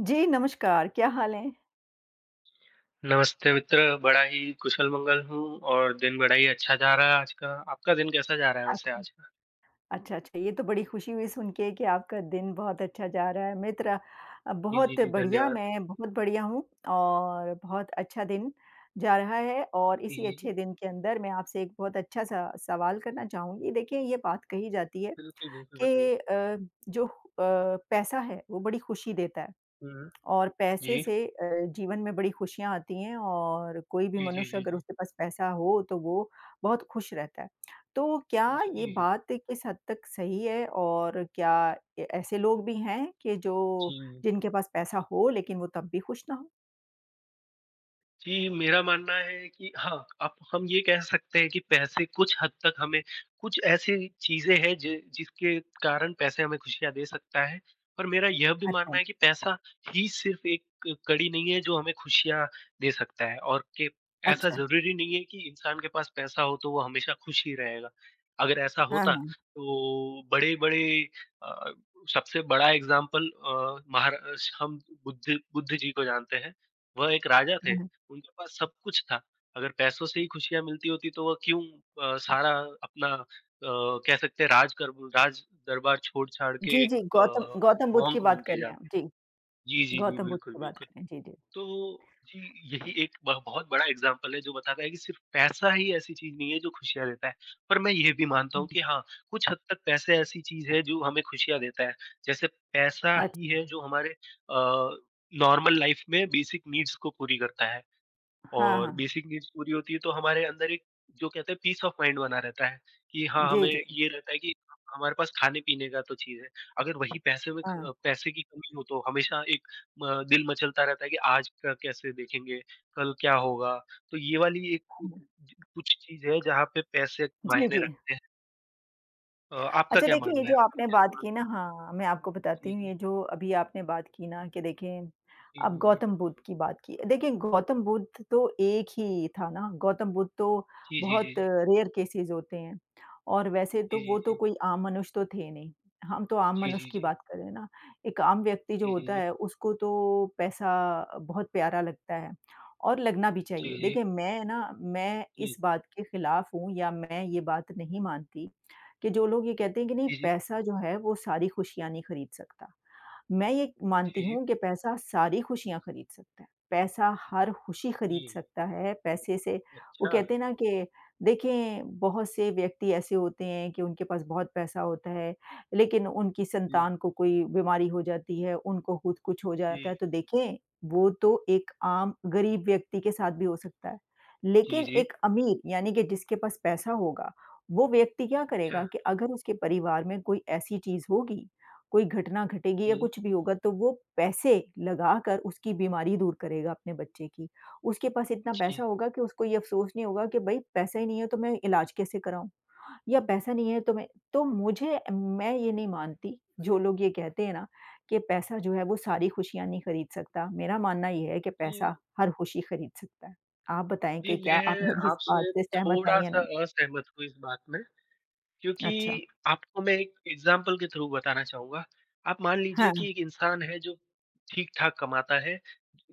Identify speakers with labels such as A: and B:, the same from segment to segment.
A: जी, नमस्कार, क्या हाल है?
B: नमस्ते मित्र, बड़ा ही कुशल-मंगल हूँ और दिन बड़ा ही अच्छा जा रहा है आज का। आपका दिन कैसा जा रहा है वैसे
A: अच्छा।
B: आज का?
A: अच्छा, अच्छा, ये तो बड़ी खुशी हुई सुन के कि आपका दिन बहुत अच्छा जा रहा है। मित्र
B: जी, जी,
A: बहुत
B: जी,
A: बढ़िया,
B: धन्यवाद।
A: मैं बहुत बढ़िया हूँ और बहुत अच्छा दिन जा रहा है और
B: जी,
A: इसी
B: जी, जी।
A: अच्छे दिन के अंदर मैं आपसे एक बहुत अच्छा-सा सवाल करना चाहूँगी। देखिए, ये बात कही जाती है
B: बिल्कुल, बिल्कुल बताइए।
A: कि जो पैसा है, वो बड़ी खुशी देता है।
B: हुँ, हुँ।
A: और पैसे
B: जी।
A: से जीवन में बड़ी खुशियाँ आती हैं और कोई भी
B: जी, जी,
A: मनुष्य
B: जी,
A: अगर
B: जी।
A: उसके पास पैसा हो तो वो बहुत खुश रहता है। तो क्या ये
B: जी,
A: बात किस हद तक सही है और क्या ए ऐसे लोग भी हैं कि जो
B: जी।
A: जिनके पास पैसा हो लेकिन वो तब भी खुश ना हो?
B: जी, मेरा मानना है कि हाँ, आप हम ये कह सकते हैं कि पैसे कुछ हद तक हमें कुछ ऐसी चीज़ें हैं जि जिसके कारण पैसे हमें खुशियाँ दे सकता है। पर मेरा यह भी मानना
A: अच्छा,
B: है कि पैसा ही सिर्फ़ एक कड़ी नहीं है जो हमें खुशियाँ दे सकता है और के ऐसा
A: अच्छा।
B: ज़रूरी नहीं है कि इंसान के पास पैसा हो तो वो हमेशा खुश ही रहेगा। अगर ऐसा
A: हाँ,
B: होता
A: हाँ।
B: तो बड़े-बड़े अ, सबसे बड़ा एग्ज़ाम्पल अ, महारा श हम बुद्ध बुद्ध जी को जानते हैं। वह एक राजा थे।
A: हाँ, हाँ।
B: उनके पास सब कुछ था। अगर पैसों से ही खुशियाँ मिलती होती तो वह क्यों सारा अपना कह सकते हैं राज दरबार छोड़-छाड़
A: जी,
B: के एक
A: जी, गौतम गौतम बुद्ध की
B: मोंक बन
A: बात
B: के
A: कर रहे हैं हम।
B: जाते।
A: जी,
B: जी, जी, जी।
A: गौतम बुद्ध
B: बिल्कुल,
A: की बात
B: बिल्कुल।
A: कर रहे हैं। जी, जी।
B: तो जी, यही एक ब बहुत बड़ा एग्ज़ाम्पल है जो बताता है कि सिर्फ़ पैसा ही ऐसी चीज़ नहीं है जो खुशियाँ देता है। पर मैं ये भी मानता
A: हुँ,
B: हूँ कि हाँ, कुछ हद तक पैसे ऐसी चीज़ है जो हमें खुशियाँ देता है। जैसे पैसा ही
A: अच्छा।
B: है जो हमारे अ, नॉर्मल लाइफ़ में बेसिक नीड्स को पूरी करता है।
A: हाँ,
B: और
A: हाँ।
B: बेसिक नीड्स पूरी होती है तो हमारे अंदर एक जो कहते हैं पीस ऑफ माइंड बना रहता है कि हाँ,
A: जी,
B: हमें
A: जी।
B: ये रहता है कि हमारे पास खाने-पीने का तो चीज़ है। अगर वही पैसे में
A: हाँ,
B: ख पैसे की कमी हो तो हमेशा एक म दिल मचलता रहता है कि आज का कैसे देखेंगे, कल क्या होगा? तो ये वाली एक कु
A: हाँ।
B: ज कुछ चीज़ है जहाँ पे पैसे
A: जी,
B: मायने
A: जी।
B: रखते हैं। आपका
A: अच्छा
B: क्या
A: देखिए, ये
B: मानना है?
A: जो
B: आप
A: आपने
B: कैसे
A: बात की
B: मानते
A: ना
B: हैं?
A: हाँ, मैं आपको
B: जी,
A: बताती हूँ
B: जी।
A: ये जो अभी आपने बात की ना कि देखिए,
B: जी,
A: आप
B: जी,
A: गौतम बुद्ध की बात की। देखिए, गौतम बुद्ध तो एक ही था ना, गौतम बुद्ध तो बहुत
B: जी।
A: रेयर केसेज़ होते हैं और वैसे
B: जी,
A: तो
B: जी, जी,
A: वो तो
B: जी।
A: कोई आम मनुष्य तो थे नहीं। हम तो आम
B: जी,
A: मनुष्य
B: जी,
A: की
B: जी।
A: बात कर रहे हैं ना, एक आम व्यक्ति जो
B: जी, जी,
A: होता
B: जी।
A: है उसको तो पैसा बहुत प्यारा लगता है और लगना भी
B: जी, जी,
A: चाहिए।
B: जी।
A: देखिए, मैं
B: जी, जी। जी।
A: इस बात के खिलाफ हूँ या मैं ये बात नहीं मानती कि जो लोग ये कहते हैं कि नहीं
B: जी, जी।
A: पैसा जो है वो सारी खुशियाँ नहीं खरीद सकता। मैं ये
B: जी,
A: मानती हूँ कि
B: जी।
A: पैसा सारी खुशियाँ खरीद सकता है। पैसा हर खुशी
B: जी।
A: खरीद सकता है, पैसे से वो
B: अच्छा,
A: कहते हैं ना कि देखिए बहुत से व्यक्ति ऐसे होते हैं कि उनके पास बहुत पैसा होता है, लेकिन उनकी
B: जी।
A: संतान को कोई बीमारी हो जाती है, उनको खुद कुछ हो जाता
B: जी।
A: है, तो देखें वो तो एक आम गरीब व्यक्ति के साथ भी हो सकता है।
B: जी,
A: लेकिन
B: जी।
A: एक अमीर यानी कि जिसके पास पैसा होगा, वो व्यक्ति क्या
B: अच्छा।
A: करेगा कि अगर उसके परिवार में कोई ऐसी चीज़ होगी, कोई घटना घटेगी
B: जी।
A: या कुछ भी होगा तो वो पैसे लगाकर उसकी बीमारी दूर करेगा अपने बच्चे की। उसके पास इतना पैसा
B: जी।
A: होगा कि उसको ये अफ़सोस नहीं होगा कि भई पैसा ही नहीं है तो मैं इलाज कैसे कराऊँ? या पैसा नहीं है तो मैं तो मुझे मैं ये नहीं मानती, जो लोग ये कहते हैं ना कि पैसा जो है वो सारी खुशियाँ नहीं खरीद सकता, मेरा मानना ये है कि
B: जी,
A: पैसा हर खुशी खरीद सकता है। आप बताएँ
B: जी,
A: कि क्या आप
B: मैं
A: मेरी इस बात
B: आपसे
A: से सहमत हैं या
B: थोड़ा-सा
A: नहीं?
B: असहमत हूँ इस बात में। क्योंकि
A: अच्छा।
B: आपको मैं एक एग्ज़ाम्पल के थ्रू बताना चाहूँगा। आप मान लीजिए
A: हाँ।
B: कि एक इंसान है जो ठीक-ठाक कमाता है,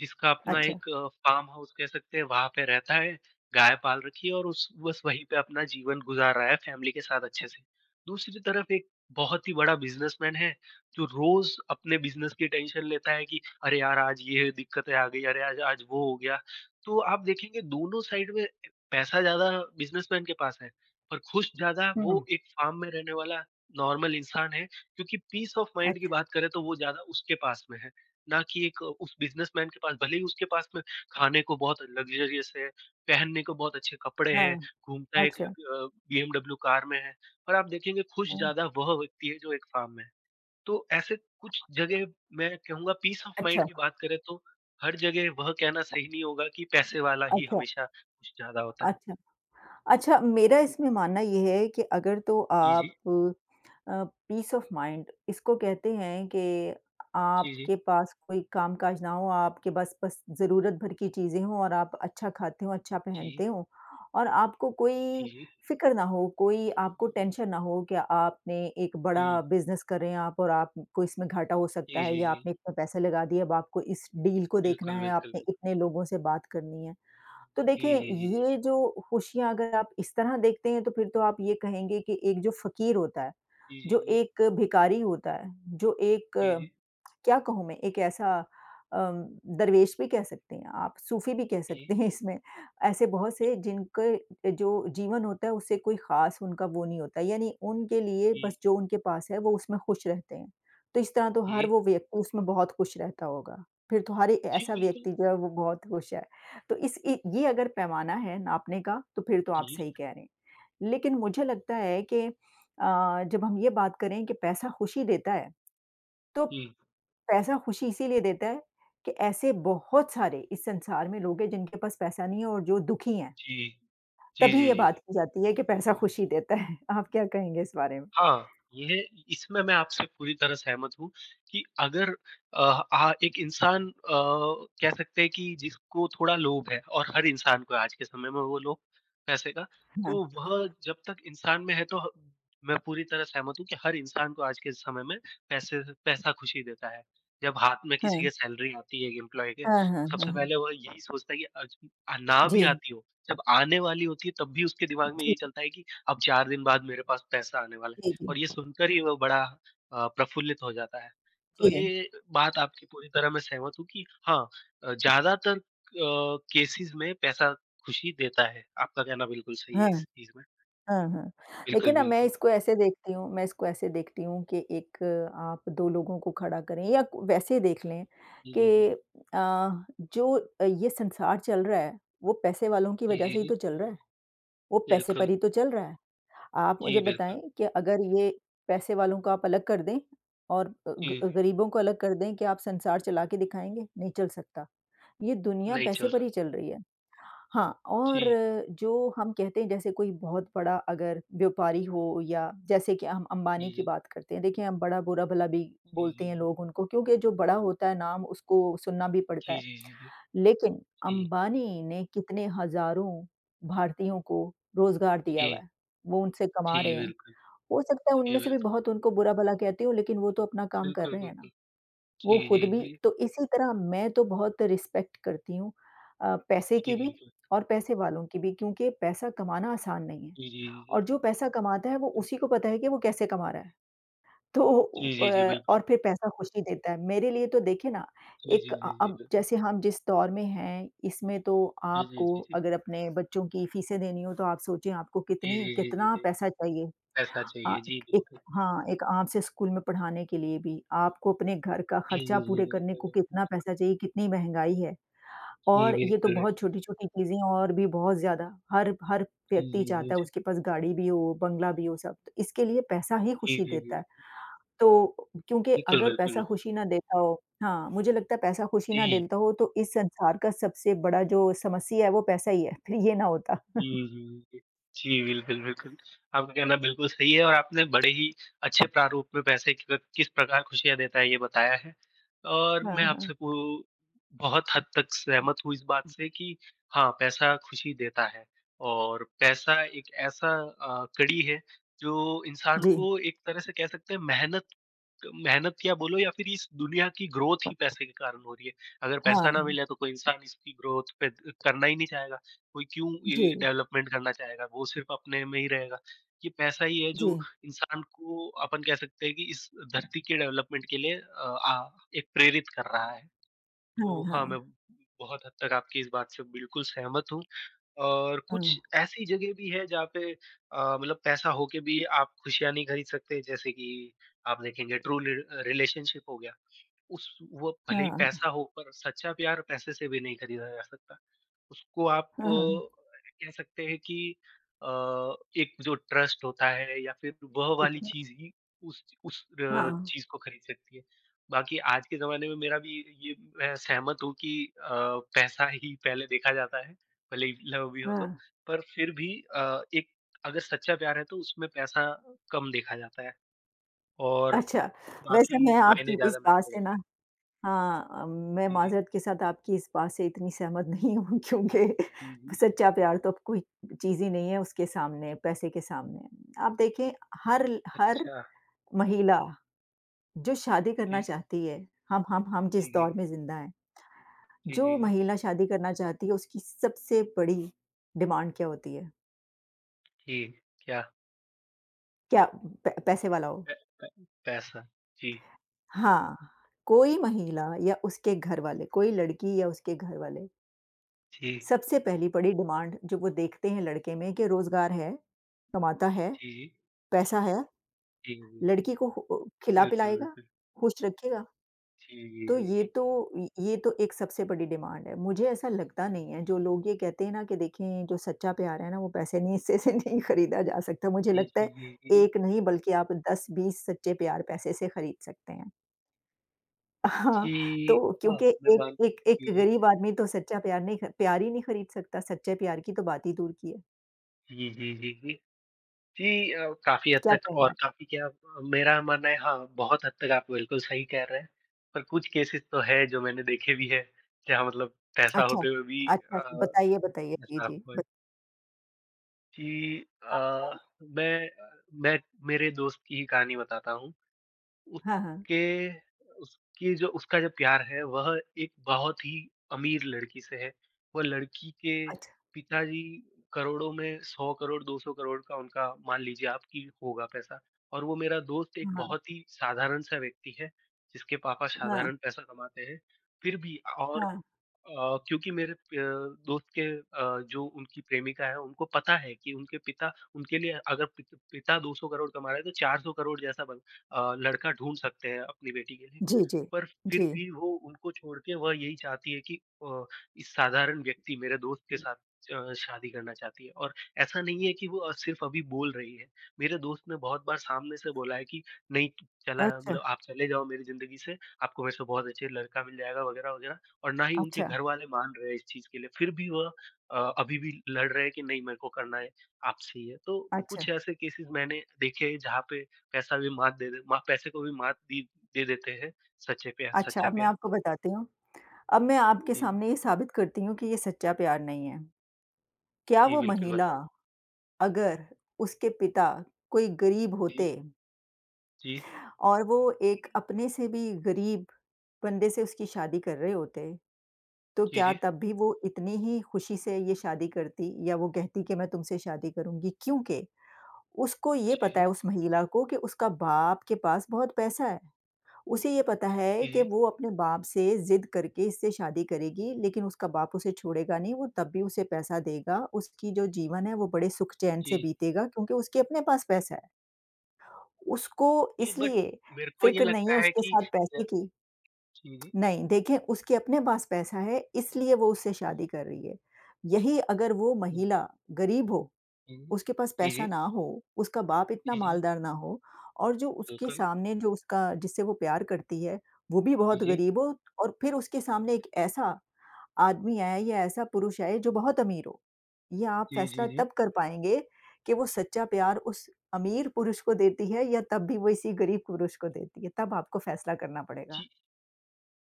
B: जिसका अपना
A: अच्छा,
B: एक फ़ार्म हाउस कह सकते हैं, वहाँ पे रहता है, गाय पाल रखी है और उस बस वहीं पे अपना जीवन गुज़ार रहा है फ़ैमिली के साथ अच्छे से। दूसरी तरफ एक बहुत ही बड़ा बिज़नेसमैन है, जो रोज़ अपने बिज़नेस की टेंशन लेता है कि अरे यार! आज ये दिक्कतें आ गई, अरे आज आज वो हो गया। तो आप देखेंगे दोनों साइड में पैसा ज़्यादा बिज़नेसमैन के पास है पर खुश ज़्यादा
A: हुँ,
B: वो एक फार्म में रहने वाला नॉर्मल इंसान है क्योंकि पीस ऑफ माइंड की
A: अच्छा
B: बात करें तो वो ज़्यादा उसके पास में है, ना कि एक उस बिज़नेसमैन के पास भले ही उसके पास में खाने को बहुत लग्ज़रियस है, पहनने को बहुत अच्छे कपड़े हैं,
A: हाँ,
B: घूमता है एक
A: अच्छा,
B: लग अ, बीएमडब्ल्यू कार में है, पर आप देखेंगे खुश
A: हाँ,
B: ज़्यादा वह व्यक्ति है जो एक फार्म में है। तो ऐसे कुछ जगह मैं कहूँगा पीस ऑफ माइंड
A: अच्छा,
B: की बात करें तो हर जगह वह कहना सही नहीं होगा कि पैसे वाला ही
A: अच्छा,
B: हमेशा कुछ ज़्यादा होता है।
A: अच्छा। अच्छा, मेरा इसमें मानना ये है कि अगर तो
B: जी, जी।
A: आप अ, पीस ऑफ माइंड इसको कहते हैं कि
B: जी, जी।
A: आपके पास कोई काम-काज ना हो, आपके पास बस ज़रूरत भर की चीज़ें हों और आप अच्छा खाते हो, अच्छा
B: जी।
A: पहनते हो और आपको
B: जी,
A: कोई
B: जी।
A: फ़िक्र ना हो, कोई आपको टेंशन ना हो कि आपने एक बड़ा
B: जी।
A: बिज़नेस कर रहे हैं आप और आपको इसमें घाटा हो सकता
B: जी,
A: है
B: जी,
A: या
B: जी।
A: आपने इतने पैसे लगा दिए, अब आपको इस डील को देखना
B: बिल्कुल,
A: है,
B: बिल्कुल,
A: आपने
B: बिल्कुल।
A: इतने लोगों से बात करनी है। तो
B: जी,
A: देखिए,
B: जी, जी, जी।
A: ये जो खुशियाँ अगर आप इस तरह देखते हैं, तो फिर तो आप ये कहेंगे कि एक जो फ़कीर होता है,
B: जी, जी,
A: जो
B: जी।
A: एक भिखारी होता है, जो एक
B: जी, जी।
A: क्या कहूँ मैं एक ऐसा अम, दरवेश भी कह सकते हैं आप, सूफ़ी भी कह सकते हैं इसमें। ऐसे बहुत से जिनके जो जीवन होता है उससे कोई ख़ास उनका वो नहीं होता, यानी उनके लिए
B: जी, जी।
A: बस जो उनके पास है वो उसमें खुश रहते हैं। तो इस तरह तो
B: जी,
A: हर
B: जी।
A: वो व्यक्ति उसमें बहुत खुश रहता होगा, फिर तो हर ए
B: जी,
A: ऐसा
B: बिल्कुल।
A: व्यक्ति जो है वो बहुत खुश है। तो इस इ ये अगर पैमाना है नापने का तो फिर तो आप
B: जी,
A: सही
B: जी।
A: कह रहे हैं। लेकिन मुझे लगता है कि जब हम ये बात करें कि पैसा खुशी देता है, तो
B: जी।
A: पैसा खुशी इसीलिए देता है कि ऐसे बहुत सारे इस संसार में लोग हैं जिनके पास पैसा नहीं है और जो दुखी हैं।
B: जी,
A: तभी
B: जी,
A: ये
B: जी।
A: बात
B: जी
A: की जाती है कि पैसा खुशी देता है। आप क्या कहेंगे इस बारे में?
B: हाँ, ये इसमें मैं आपसे पूरी तरह सहमत हूँ कि अगर अ, आ एक इंसान कह सकते हैं कि जिसको थोड़ा लोभ है और हर इंसान को आज के समय में वो लोभ पैसे का,
A: हाँ,
B: तो वह जब तक इंसान में है तो ह मैं पूरी तरह सहमत हूँ कि हर इंसान को आज के समय में पैसे पैसा खुशी देता है। जब हाथ में
A: हाँ,
B: किसी के सैलरी आती है एक एम्प्लॉयी के,
A: हाँ,
B: तो
A: हाँ, हाँ,
B: सबसे
A: हाँ।
B: पहले वह यही सोचता है कि आज ना भी
A: जी,
B: आती हो, जब आने वाली होती है तब भी उसके दिमाग में
A: जी,
B: यही चलता है कि अब 4 दिन बाद मेरे पास पैसा आने वाला है।
A: जी, जी,
B: और ये सुनकर ही वो बड़ा प्रफुल्लित हो जाता है। तो
A: जी।
B: ये बात आपकी पूरी तरह मैं सहमत हूँ कि हाँ ज़्यादातर केसेज़ में पैसा खुशी देता है। आपका कहना बिल्कुल सही है इस
A: हाँ,
B: चीज़ में।
A: हाँ, हाँ। लेकिन
B: बिल्कुल,
A: ना
B: बिल्कुल।
A: मैं इसको ऐसे देखती हूँ कि एक आप 2 लोगों को खड़ा करें या को- वैसे देख लें
B: जी, जी, जी।
A: कि अ, जो ये संसार चल रहा है, वो पैसे वालों की
B: जी,
A: वज़ह
B: जी,
A: से ही
B: जी।
A: तो चल रहा है। वो पैसे
B: बिल्कुल।
A: पर ही तो चल रहा है। आप मुझे
B: जी, बिल्कुल।
A: बताएँ कि अगर ये पैसे वालों को आप अलग कर दें और अ, ग
B: जी,
A: गरीबों को अलग कर दें, क्या आप संसार चला के दिखाएँगे? नहीं चल सकता। ये दुनिया
B: नहीं
A: पैसे
B: चल
A: पर ही
B: सकता
A: चल
B: है।
A: रही है। हाँ, और
B: जी,
A: जो हम कहते हैं जैसे कोई बहुत बड़ा अगर व्यापारी हो या जैसे कि हम अंबानी
B: जी,
A: की
B: जी।
A: बात करते हैं। देखिए हम बड़ा बुरा-भला भी
B: जी,
A: बोलते
B: जी,
A: हैं
B: जी।
A: लोग उनको क्योंकि जो बड़ा होता है नाम उसको सुनना भी पड़ता
B: जी,
A: है।
B: जी, जी, जी।
A: लेकिन
B: जी,
A: अंबानी ने कितने हज़ारों भारतीयों को रोज़गार दिया हुआ
B: जी।
A: है। वो उनसे कमा
B: जी,
A: रहे हैं।
B: बिल्कुल।
A: हो सकता है
B: जी,
A: उनमें से भी
B: बिल्कुल।
A: बहुत उनको बुरा-भला कहती हूँ, लेकिन वो तो अपना काम कर
B: बिल्कुल,
A: रहे हैं
B: बिल्कुल।
A: ना। वो
B: जी,
A: खुद
B: जी,
A: भी
B: जी।
A: तो इसी तरह मैं तो बहुत रिस्पेक्ट करती हूँ पैसे
B: जी,
A: की भी
B: बिल्कुल।
A: और पैसे वालों की भी क्योंकि पैसा कमाना आसान नहीं है
B: जी, जी, जी, जी।
A: और जो पैसा कमाता है, वो उसी को
B: बिल्कुल।
A: पता है कि वो कैसे कमा रहा है। तो
B: जी,
A: अ,
B: जी, जी, बिल्कुल।
A: और फिर पैसा खुशी देता है। मेरे लिए तो देखिए ना,
B: जी, जी,
A: एक
B: जी, जी,
A: अब
B: बिल्कुल।
A: जैसे हम जिस दौर में हैं, इसमें तो
B: जी, जी,
A: आपको
B: जी, जी।
A: अगर अपने बच्चों की फीसें देनी हो, तो आप सोचिए आपको
B: जी,
A: कितनी
B: जी, जी, जी,
A: कितना
B: जी।
A: पैसा चाहिए।
B: ऐसा
A: अ,
B: चाहिए, जी,
A: एक एक
B: बिल्कुल।
A: हाँ, एक आम से स्कूल में पढ़ाने के लिए भी, आपको अपने घर का
B: जी, जी,
A: खर्चा
B: जी,
A: पूरे करने
B: बिल्कुल,
A: को कितना
B: बिल्कुल।
A: पैसा चाहिए, कितनी महँगाई है।
B: जी,
A: और ये तो
B: बिल्कुल।
A: बहुत छोटी-छोटी चीज़ें और भी बहुत ज़्यादा, हर हर
B: जी,
A: व्यक्ति
B: जी, जी,
A: चाहता है
B: जी।
A: उसके पास गाड़ी भी हो, बंगला भी हो, सब। तो इसके लिए पैसा ही
B: जी,
A: खुशी
B: जी, जी।
A: देता है। तो क्योंकि
B: बिल्कुल,
A: अगर पैसा
B: बिल्कुल।
A: खुशी ना देता हो हाँ, मुझे लगता है पैसा खुशी ना
B: जी।
A: देता हो तो इस संसार का सबसे बड़ा जो समस्या है वो पैसा ही है, फिर ये ना होता।
B: जी, जी। जी, बिल्कुल, बिल्कुल। आपका कहना बिल्कुल सही है और आपने बड़े ही अच्छे प्रारूप में पैसे क किस प्रकार खुशियाँ देता है, ये बताया है। और
A: हाँ,
B: मैं आपसे
A: हाँ।
B: पू बहुत हद तक सहमत हूँ इस बात से कि हाँ, पैसा खुशी देता है और पैसा एक ऐसा कड़ी है, जो इंसान
A: जी,
B: को एक तरह से कह सकते हैं मेहनत मेहनत या बोलो या फिर इस दुनिया की ग्रोथ ही पैसे के कारण हो रही है। अगर पैसा ना
A: हाँ,
B: मिले तो कोई इंसान इसकी ग्रोथ पे करना ही नहीं चाहेगा। कोई क्यों
A: जी,
B: ये डेवलपमेंट करना चाहेगा, वो सिर्फ़ अपने में ही रहेगा। ये पैसा ही है
A: जी।
B: जो इंसान को अपन कह सकते हैं कि इस धरती के डेवलपमेंट के लिए अ, आ एक प्रेरित कर रहा है।
A: हाँ,
B: तो हाँ,
A: हाँ।
B: मैं बहुत हद तक आपकी इस बात से बिल्कुल सहमत हूँ और
A: हाँ,
B: कुछ ऐसी जगह भी है जहाँ पे मतलब पैसा हो के भी आप खुशियाँ नहीं खरीद सकते जैसे कि आप देखेंगे ट्रू रि रिलेशनशिप हो गया। उस वो भले ही
A: हाँ,
B: पैसा हो पर सच्चा प्यार पैसे से भी नहीं खरीदा जा सकता। उसको आप
A: हाँ,
B: कह सकते हैं कि अ, एक जो ट्रस्ट होता है या फिर वह वाली
A: अच्छा,
B: चीज़ ही उस
A: हाँ,
B: चीज़ को खरीद सकती है। बाकी आज के ज़माने में मेरा भी ये मैं सहमत हूँ कि अ, पैसा ही पहले देखा जाता है, भले ही लव भी हो तो।
A: हाँ।
B: पर फिर भी एक अगर सच्चा प्यार है तो उसमें पैसा कम देखा जाता है और
A: अच्छा, वैसे
B: बाकी
A: मैं आपकी
B: मायने
A: इस
B: ज़्यादा
A: बात
B: मैटर
A: से ना
B: करते हैं।
A: हाँ, मैं
B: जी, जी।
A: माज़रत के साथ आपकी इस बात से इतनी सहमत नहीं हूँ
B: जी,
A: क्योंकि
B: जी।
A: सच्चा प्यार तो अब कोई चीज़ ही नहीं है उसके सामने, पैसे के सामने। आप देखें हर
B: अच्छा।
A: महिला जो शादी करना
B: जी।
A: चाहती है, हम
B: जी,
A: जिस
B: जी।
A: दौर में ज़िंदा हैं,
B: जी, जी,
A: जो
B: जी।
A: महिला शादी करना चाहती है उसकी सबसे बड़ी डिमांड क्या होती है?
B: जी, क्या?
A: क्या प पैसे वाला हो।
B: पै पै पैसा। जी,
A: हाँ, कोई महिला या उसके घरवाले, कोई लड़की या उसके घरवाले,
B: जी,
A: सबसे पहली बड़ी डिमांड जो वो देखते हैं लड़के में कि रोज़गार है, कमाता है,
B: जी, जी।
A: पैसा है,
B: जी, जी।
A: लड़की को
B: बिल्कुल,
A: खिला-पिलाएगा,
B: बिल्कुल।
A: खुश रखेगा।
B: जी, जी,
A: तो
B: जी,
A: ये
B: जी।
A: तो य ये तो एक सबसे बड़ी डिमांड है। मुझे ऐसा लगता नहीं है, जो लोग ये कहते हैं ना कि देखें जो सच्चा प्यार है ना वो पैसे नहीं से से नहीं खरीदा जा सकता। मुझे
B: जी,
A: लगता
B: जी,
A: है
B: जी, जी, जी।
A: 1 नहीं बल्कि आप 10-20 सच्चे प्यार पैसे से खरीद सकते हैं। हाँ,
B: जी,
A: तो
B: हाँ,
A: क्योंकि
B: मैं मान
A: एक एक एक
B: जी, जी।
A: गरीब आदमी तो सच्चा प्यार नहीं ख प्यार ही नहीं खरीद सकता, सच्चे प्यार की तो बात ही दूर की है।
B: जी, जी, जी, जी। जी काफ़ी हद
A: क्या
B: तक
A: कहेंगे
B: और
A: आप?
B: काफ़ी क्या मेरा मानना है हाँ, बहुत हद तक आप बिल्कुल सही कह रहे हैं। पर कुछ केसेज़ तो हैं जो मैंने देखे भी हैं, जहाँ मतलब पैसा
A: अच्छा,
B: होते हुए भी
A: अच्छा, अच्छा,
B: अ,
A: बताइए, बताइए। जी,
B: ऐसा
A: जी,
B: हुआ
A: बत
B: कि
A: आप बताएँ?
B: मैं मैं मेरे दोस्त की ही कहानी बताता हूँ।
A: हाँ, हाँ,
B: उसके उसकी जो उसका जो प्यार है, वह एक बहुत ही अमीर लड़की से है। वह लड़की के
A: अच्छा,
B: पिताजी करोड़ों में 100 करोड़, 200 करोड़ का उनका मान लीजिए आप कि होगा पैसा और वो मेरा दोस्त एक
A: हाँ,
B: बहुत ही साधारण-सा व्यक्ति है, जिसके पापा
A: हाँ,
B: साधारण पैसा कमाते हैं। फिर भी और
A: हाँ।
B: अ, क्योंकि मेरे दोस्त के जो उनकी प्रेमिका है, उनको पता है कि उनके पिता उनके लिए अगर पिता 200 करोड़ कमा रहा है, तो 400 करोड़ जैसा लड़का ढूँढ सकते हैं अपनी बेटी के लिए।
A: जी, जी,
B: पर फिर
A: जी।
B: भी वो उनको छोड़ के वह यही चाहती है कि इस साधारण व्यक्ति मेरे दोस्त के साथ शादी करना चाहती है और ऐसा नहीं है कि वो सिर्फ़ अभी बोल रही है। मेरे दोस्त ने बहुत बार सामने से बोला है कि नहीं चला
A: अच्छा,
B: मतलब आप चले जाओ मेरी ज़िंदगी से, आपको मेरे से बहुत अच्छे लड़का मिल जाएगा वग़ैरह-वग़ैरह। और ना ही उनके
A: अच्छा,
B: घर वाले मान रहे हैं इस चीज़ के लिए, फिर भी वह अभी भी लड़ रहे हैं कि नहीं मेरे को करना है आपसे ये। तो
A: अच्छा,
B: कुछ ऐसे केसेज़ मैंने देखे हैं जहाँ पे पैसा भी मात दे दे मा पैसे को भी मात दी दे देते हैं सच्चे प्यार
A: अच्छा,
B: सच्चा
A: अब मैं
B: प्यार।
A: आपको बताती हूँ। अब मैं आपके
B: जी,
A: सामने ये साबित करती हूँ कि ये सच्चा प्यार नहीं है। क्या
B: जी,
A: वो
B: बिल्कुल
A: महिला
B: बताइए।
A: अगर उसके पिता कोई गरीब
B: जी,
A: होते
B: जी,
A: और वो एक अपने से भी गरीब बंदे से उसकी शादी कर रहे होते, तो
B: जी,
A: क्या
B: जी,
A: तब भी वो इतनी ही खुशी से ये शादी करती या वो कहती कि मैं तुमसे शादी करूँगी? क्योंकि उसको ये पता
B: जी,
A: है उस महिला को कि उसका बाप के पास बहुत पैसा है। उसे ये पता है
B: जी, जी,
A: कि
B: जी,
A: वो अपने बाप से ज़िद करके इससे शादी करेगी, लेकिन उसका बाप उसे छोड़ेगा नहीं, वो तब भी उसे पैसा देगा। उसकी जो जीवन है वो बड़े सुख-चैन
B: जी,
A: से बीतेगा क्योंकि उसके अपने पास पैसा है। उसको
B: जी बट
A: इसलिए
B: मेरे को ये
A: फ़िक्र नहीं है
B: लगता है
A: उसके
B: कि
A: साथ
B: अ,
A: पैसे की
B: जी, जी,
A: नहीं, देखिए उसके अपने पास पैसा है इसलिए वो उससे शादी कर रही है। यही अगर वो
B: जी,
A: महिला गरीब हो,
B: जी,
A: उसके पास
B: जी, जी,
A: पैसा ना हो, उसका बाप इतना
B: जी, जी,
A: मालदार ना हो और जो उसके
B: बिल्कुल।
A: सामने जो उसका जिससे वो प्यार करती है, वो भी
B: जी,
A: बहुत गरीब
B: जी,
A: हो और फिर उसके सामने एक ऐसा आदमी आए या ऐसा पुरुष आए जो बहुत अमीर हो। ये आप
B: जी, जी,
A: फैसला
B: जी।
A: तब कर पाएँगे कि वो सच्चा प्यार उस अमीर पुरुष को देती है या तब भी वो इसी गरीब पुरुष को देती है, तब आपको फैसला करना पड़ेगा।
B: जी।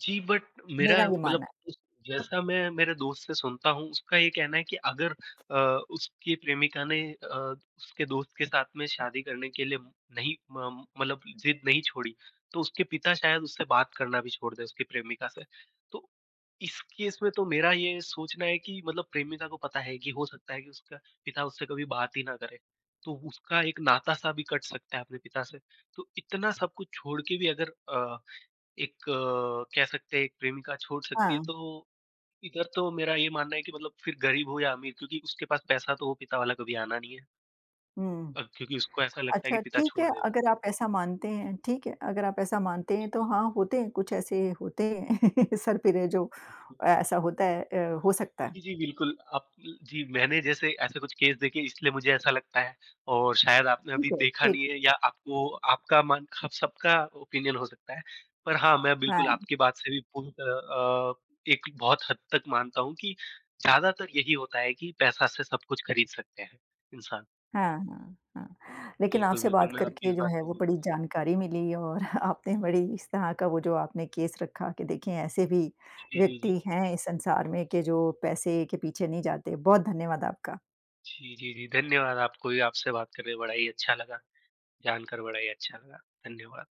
B: जी, बट मेरा
A: मेरा ये
B: मतलब
A: मानना है।
B: उस जैसा मैं मेरे दोस्त से सुनता हूँ, उसका ये कहना है कि अगर अ, उसकी प्रेमिका ने उसके दोस्त के साथ में शादी करने के लिए नहीं म मतलब ज़िद नहीं छोड़ी, तो उसके पिता शायद उससे बात करना भी छोड़ दें, उसकी प्रेमिका से। तो इस केस में तो मेरा ये सोचना है कि मतलब प्रेमिका को पता है कि हो सकता है कि उसका पिता उससे कभी बात ही ना करे, तो उसका एक नाता-सा भी कट सकता है अपने पिता से। तो इतना सब कुछ छोड़ के भी अगर एक कह सकते हैं एक प्रेमिका छोड़ सकती है,
A: हाँ,
B: तो इधर तो मेरा ये मानना है कि मतलब फिर गरीब हो या अमीर क्योंकि उसके पास पैसा तो वो पिता वाला कभी आना नहीं है।
A: हुँ।
B: क्योंकि उसको ऐसा लगता है कि
A: अच्छा
B: पिता
A: ठीक
B: छोड़
A: है,
B: देगा।
A: अगर आप ऐसा मानते हैं ठीक है, अगर आप ऐसा मानते हैं तो हाँ, होते हैं कुछ ऐसे होते हैं सरपिरे जो ऐसा होता है हो सकता है।
B: जी, जी, बिल्कुल, आप जी, मैंने जैसे ऐसे कुछ केस देखे इसलिए मुझे ऐसा लगता है और शायद आपने अभी
A: ठीक है,
B: देखा
A: ठीक
B: नहीं है या आपको आपका मन आप सबका ओपिनियन हो सकता है। पर हाँ, मैं बिल्कुल
A: हाँ,
B: आपकी बात से भी पूरी तरह अ, एक बहुत हद तक मानता हूँ कि ज़्यादातर यही होता है कि पैसा से सब कुछ खरीद सकते हैं इंसान।
A: हाँ, हाँ, हाँ। लेकिन
B: बिल्कुल,
A: आपसे
B: बिल्कुल,
A: बात
B: मैं आपकी
A: करके
B: इस
A: जो
B: बात
A: है
B: से
A: वो
B: बिल्कुल
A: बड़ी
B: सहमत
A: जानकारी मिली और आपने बड़ी इस तरह का वो जो आपने केस रखा कि देखिए ऐसे भी
B: जी, जी, जी।
A: व्यक्ति हैं इस संसार में कि जो पैसे के पीछे नहीं जाते। बहुत धन्यवाद आपका।
B: जी, जी, जी, धन्यवाद आपको भी आपसे बात करके बड़ा ही अच्छा लगा, जानकर बड़ा ही अच्छा लगा। धन्यवाद।